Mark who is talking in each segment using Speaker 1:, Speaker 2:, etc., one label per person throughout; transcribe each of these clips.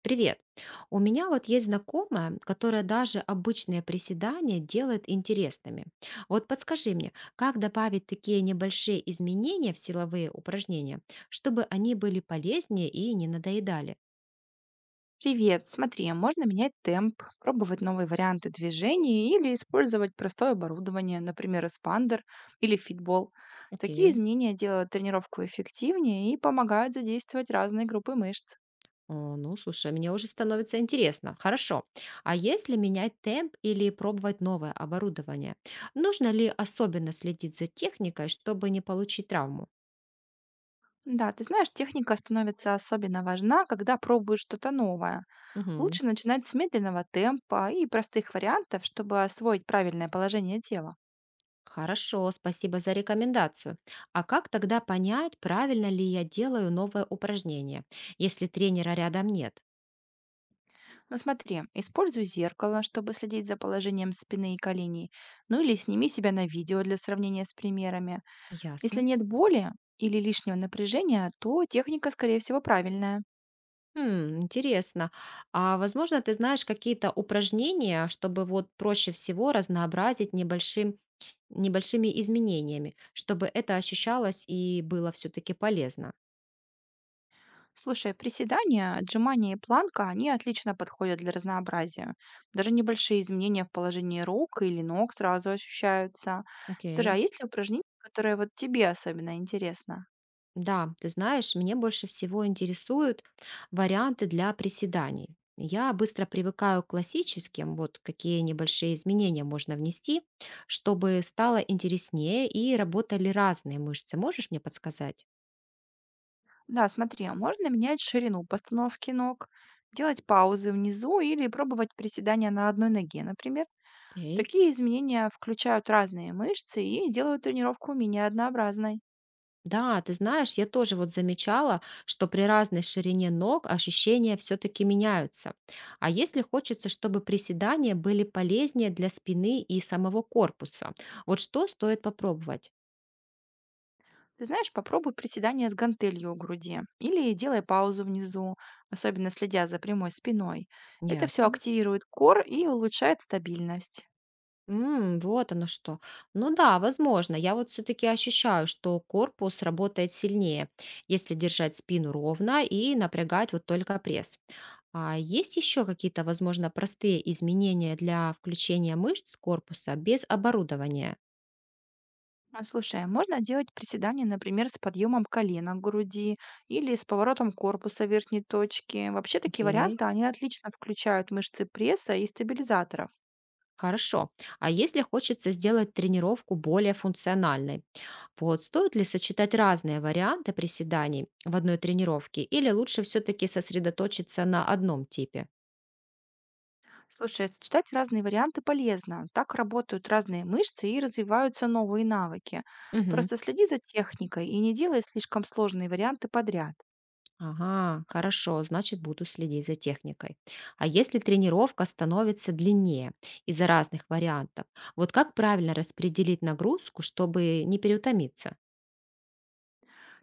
Speaker 1: Привет. У меня вот есть знакомая, которая даже обычные приседания делает интересными. Вот подскажи мне, как добавить такие небольшие изменения в силовые упражнения, чтобы они были полезнее и не надоедали?
Speaker 2: Привет, смотри, а можно менять темп, пробовать новые варианты движений или использовать простое оборудование, например, эспандер или фитбол. Такие
Speaker 1: Окей.
Speaker 2: изменения делают тренировку эффективнее и помогают задействовать разные группы мышц.
Speaker 1: О, ну, слушай, мне уже становится интересно. Хорошо. А если менять темп или пробовать новое оборудование, нужно ли особенно следить за техникой, чтобы не получить травму?
Speaker 2: Да, ты знаешь, техника становится особенно важна, когда пробуешь что-то новое. Лучше начинать с медленного темпа и простых вариантов, чтобы освоить правильное положение тела.
Speaker 1: Хорошо, спасибо за рекомендацию. А как тогда понять, правильно ли я делаю новое упражнение, если тренера рядом нет?
Speaker 2: Ну смотри, используй зеркало, чтобы следить за положением спины и коленей. Ну или сними себя на видео для сравнения с примерами. Если
Speaker 1: Ясно.
Speaker 2: нет боли или лишнего напряжения, то техника, скорее всего, правильная.
Speaker 1: М, интересно. А возможно, ты знаешь какие-то упражнения, чтобы вот проще всего разнообразить небольшим, небольшими изменениями, чтобы это ощущалось и было все-таки полезно?
Speaker 2: Слушай, приседания, отжимания и планка, они отлично подходят для разнообразия. Даже небольшие изменения в положении рук или ног сразу ощущаются. Скажи, а
Speaker 1: Окей.
Speaker 2: есть ли упражнения, которые вот тебе особенно интересно?
Speaker 1: Да, ты знаешь, мне больше всего интересуют варианты для приседаний. Я быстро привыкаю к классическим, вот какие небольшие изменения можно внести, чтобы стало интереснее и работали разные мышцы. Можешь мне подсказать?
Speaker 2: Да, смотри, а можно менять ширину постановки ног, делать паузы внизу или пробовать приседания на одной ноге, например.
Speaker 1: Окей.
Speaker 2: Такие изменения включают разные мышцы и делают тренировку менее однообразной.
Speaker 1: Да, ты знаешь, я тоже вот замечала, что при разной ширине ног ощущения все-таки меняются. А если хочется, чтобы приседания были полезнее для спины и самого корпуса, вот что стоит попробовать?
Speaker 2: Ты знаешь, попробуй приседания с гантелью у груди или делай паузу внизу, особенно следя за прямой спиной. Это все
Speaker 1: Ясно.
Speaker 2: активирует кор и улучшает стабильность.
Speaker 1: М, вот оно что. Ну да, возможно. Я вот все-таки ощущаю, что корпус работает сильнее, если держать спину ровно и напрягать вот только пресс. А есть еще какие-то, возможно, простые изменения для включения мышц корпуса без оборудования?
Speaker 2: А, слушай, а можно делать приседания, например, с подъемом колена к груди или с поворотом корпуса верхней точки. Вообще такие
Speaker 1: Окей.
Speaker 2: варианты, они отлично включают мышцы пресса и стабилизаторов.
Speaker 1: Хорошо. А если хочется сделать тренировку более функциональной, вот стоит ли сочетать разные варианты приседаний в одной тренировке или лучше все-таки сосредоточиться на одном типе?
Speaker 2: Слушай, сочетать разные варианты полезно. Так работают разные мышцы и развиваются новые навыки.
Speaker 1: Мгм.
Speaker 2: Просто следи за техникой и не делай слишком сложные варианты подряд.
Speaker 1: Ага, хорошо, значит, буду следить за техникой. А если тренировка становится длиннее из-за разных вариантов, вот как правильно распределить нагрузку, чтобы не переутомиться?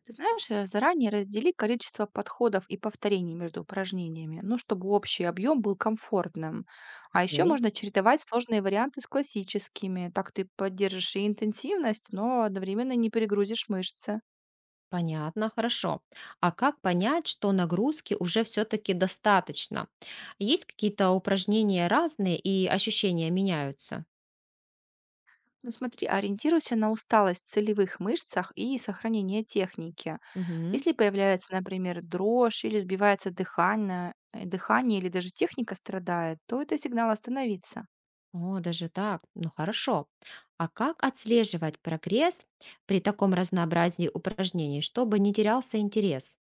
Speaker 2: Ты знаешь, заранее раздели количество подходов и повторений между упражнениями, ну, чтобы общий объем был комфортным. А еще
Speaker 1: Окей.
Speaker 2: можно чередовать сложные варианты с классическими. Так ты поддержишь и интенсивность, но одновременно не перегрузишь мышцы.
Speaker 1: Понятно, хорошо. А как понять, что нагрузки уже все-таки достаточно? Есть какие-то упражнения разные и ощущения меняются?
Speaker 2: Ну, смотри, ориентируйся на усталость в целевых мышцах и сохранение техники.
Speaker 1: Мгм.
Speaker 2: Если появляется, например, дрожь или сбивается дыхание, дыхание или даже техника страдает, то это сигнал остановиться.
Speaker 1: О, даже так. Ну хорошо. А как отслеживать прогресс при таком разнообразии упражнений, чтобы не терялся интерес?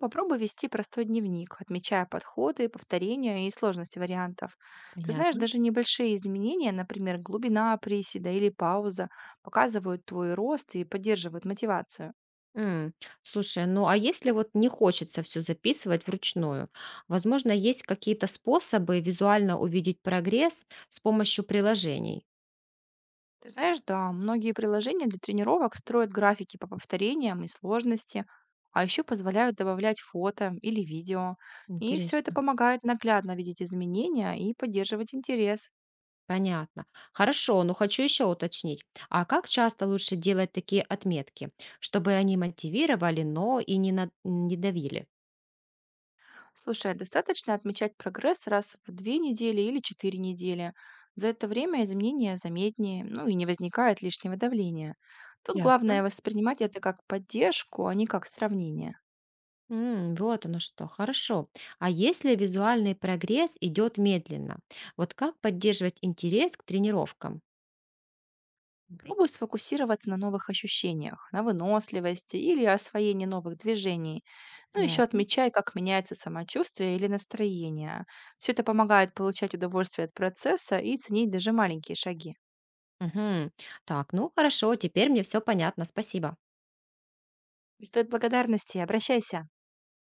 Speaker 2: Попробуй вести простой дневник, отмечая подходы, повторения и сложности вариантов. Ты знаешь,
Speaker 1: Понятно.
Speaker 2: даже небольшие изменения, например, глубина приседа или пауза, показывают твой рост и поддерживают мотивацию.
Speaker 1: М, слушай, ну а если вот не хочется все записывать вручную, возможно, есть какие-то способы визуально увидеть прогресс с помощью приложений?
Speaker 2: Ты знаешь, да, многие приложения для тренировок строят графики по повторениям и сложности, а еще позволяют добавлять фото или видео. И все это
Speaker 1: Интересно.
Speaker 2: помогает наглядно видеть изменения и поддерживать интерес.
Speaker 1: Понятно. Хорошо, но хочу еще уточнить. А как часто лучше делать такие отметки, чтобы они мотивировали, но и не давили?
Speaker 2: Слушай, а достаточно отмечать прогресс раз в две недели или четыре недели. За это время изменения заметнее, ну и не возникает лишнего давления. Тут
Speaker 1: Ясно.
Speaker 2: главное воспринимать это как поддержку, а не как сравнение.
Speaker 1: М, вот оно что, хорошо. А если визуальный прогресс идет медленно, вот как поддерживать интерес к тренировкам?
Speaker 2: Окей. Пробуй сфокусироваться на новых ощущениях, на выносливости или освоении новых движений. Ну, еще
Speaker 1: Ясно.
Speaker 2: отмечай, как меняется самочувствие или настроение. Все это помогает получать удовольствие от процесса и ценить даже маленькие шаги.
Speaker 1: Мгм. Так, ну хорошо, теперь мне все понятно, спасибо.
Speaker 2: Стоит благодарности, обращайся.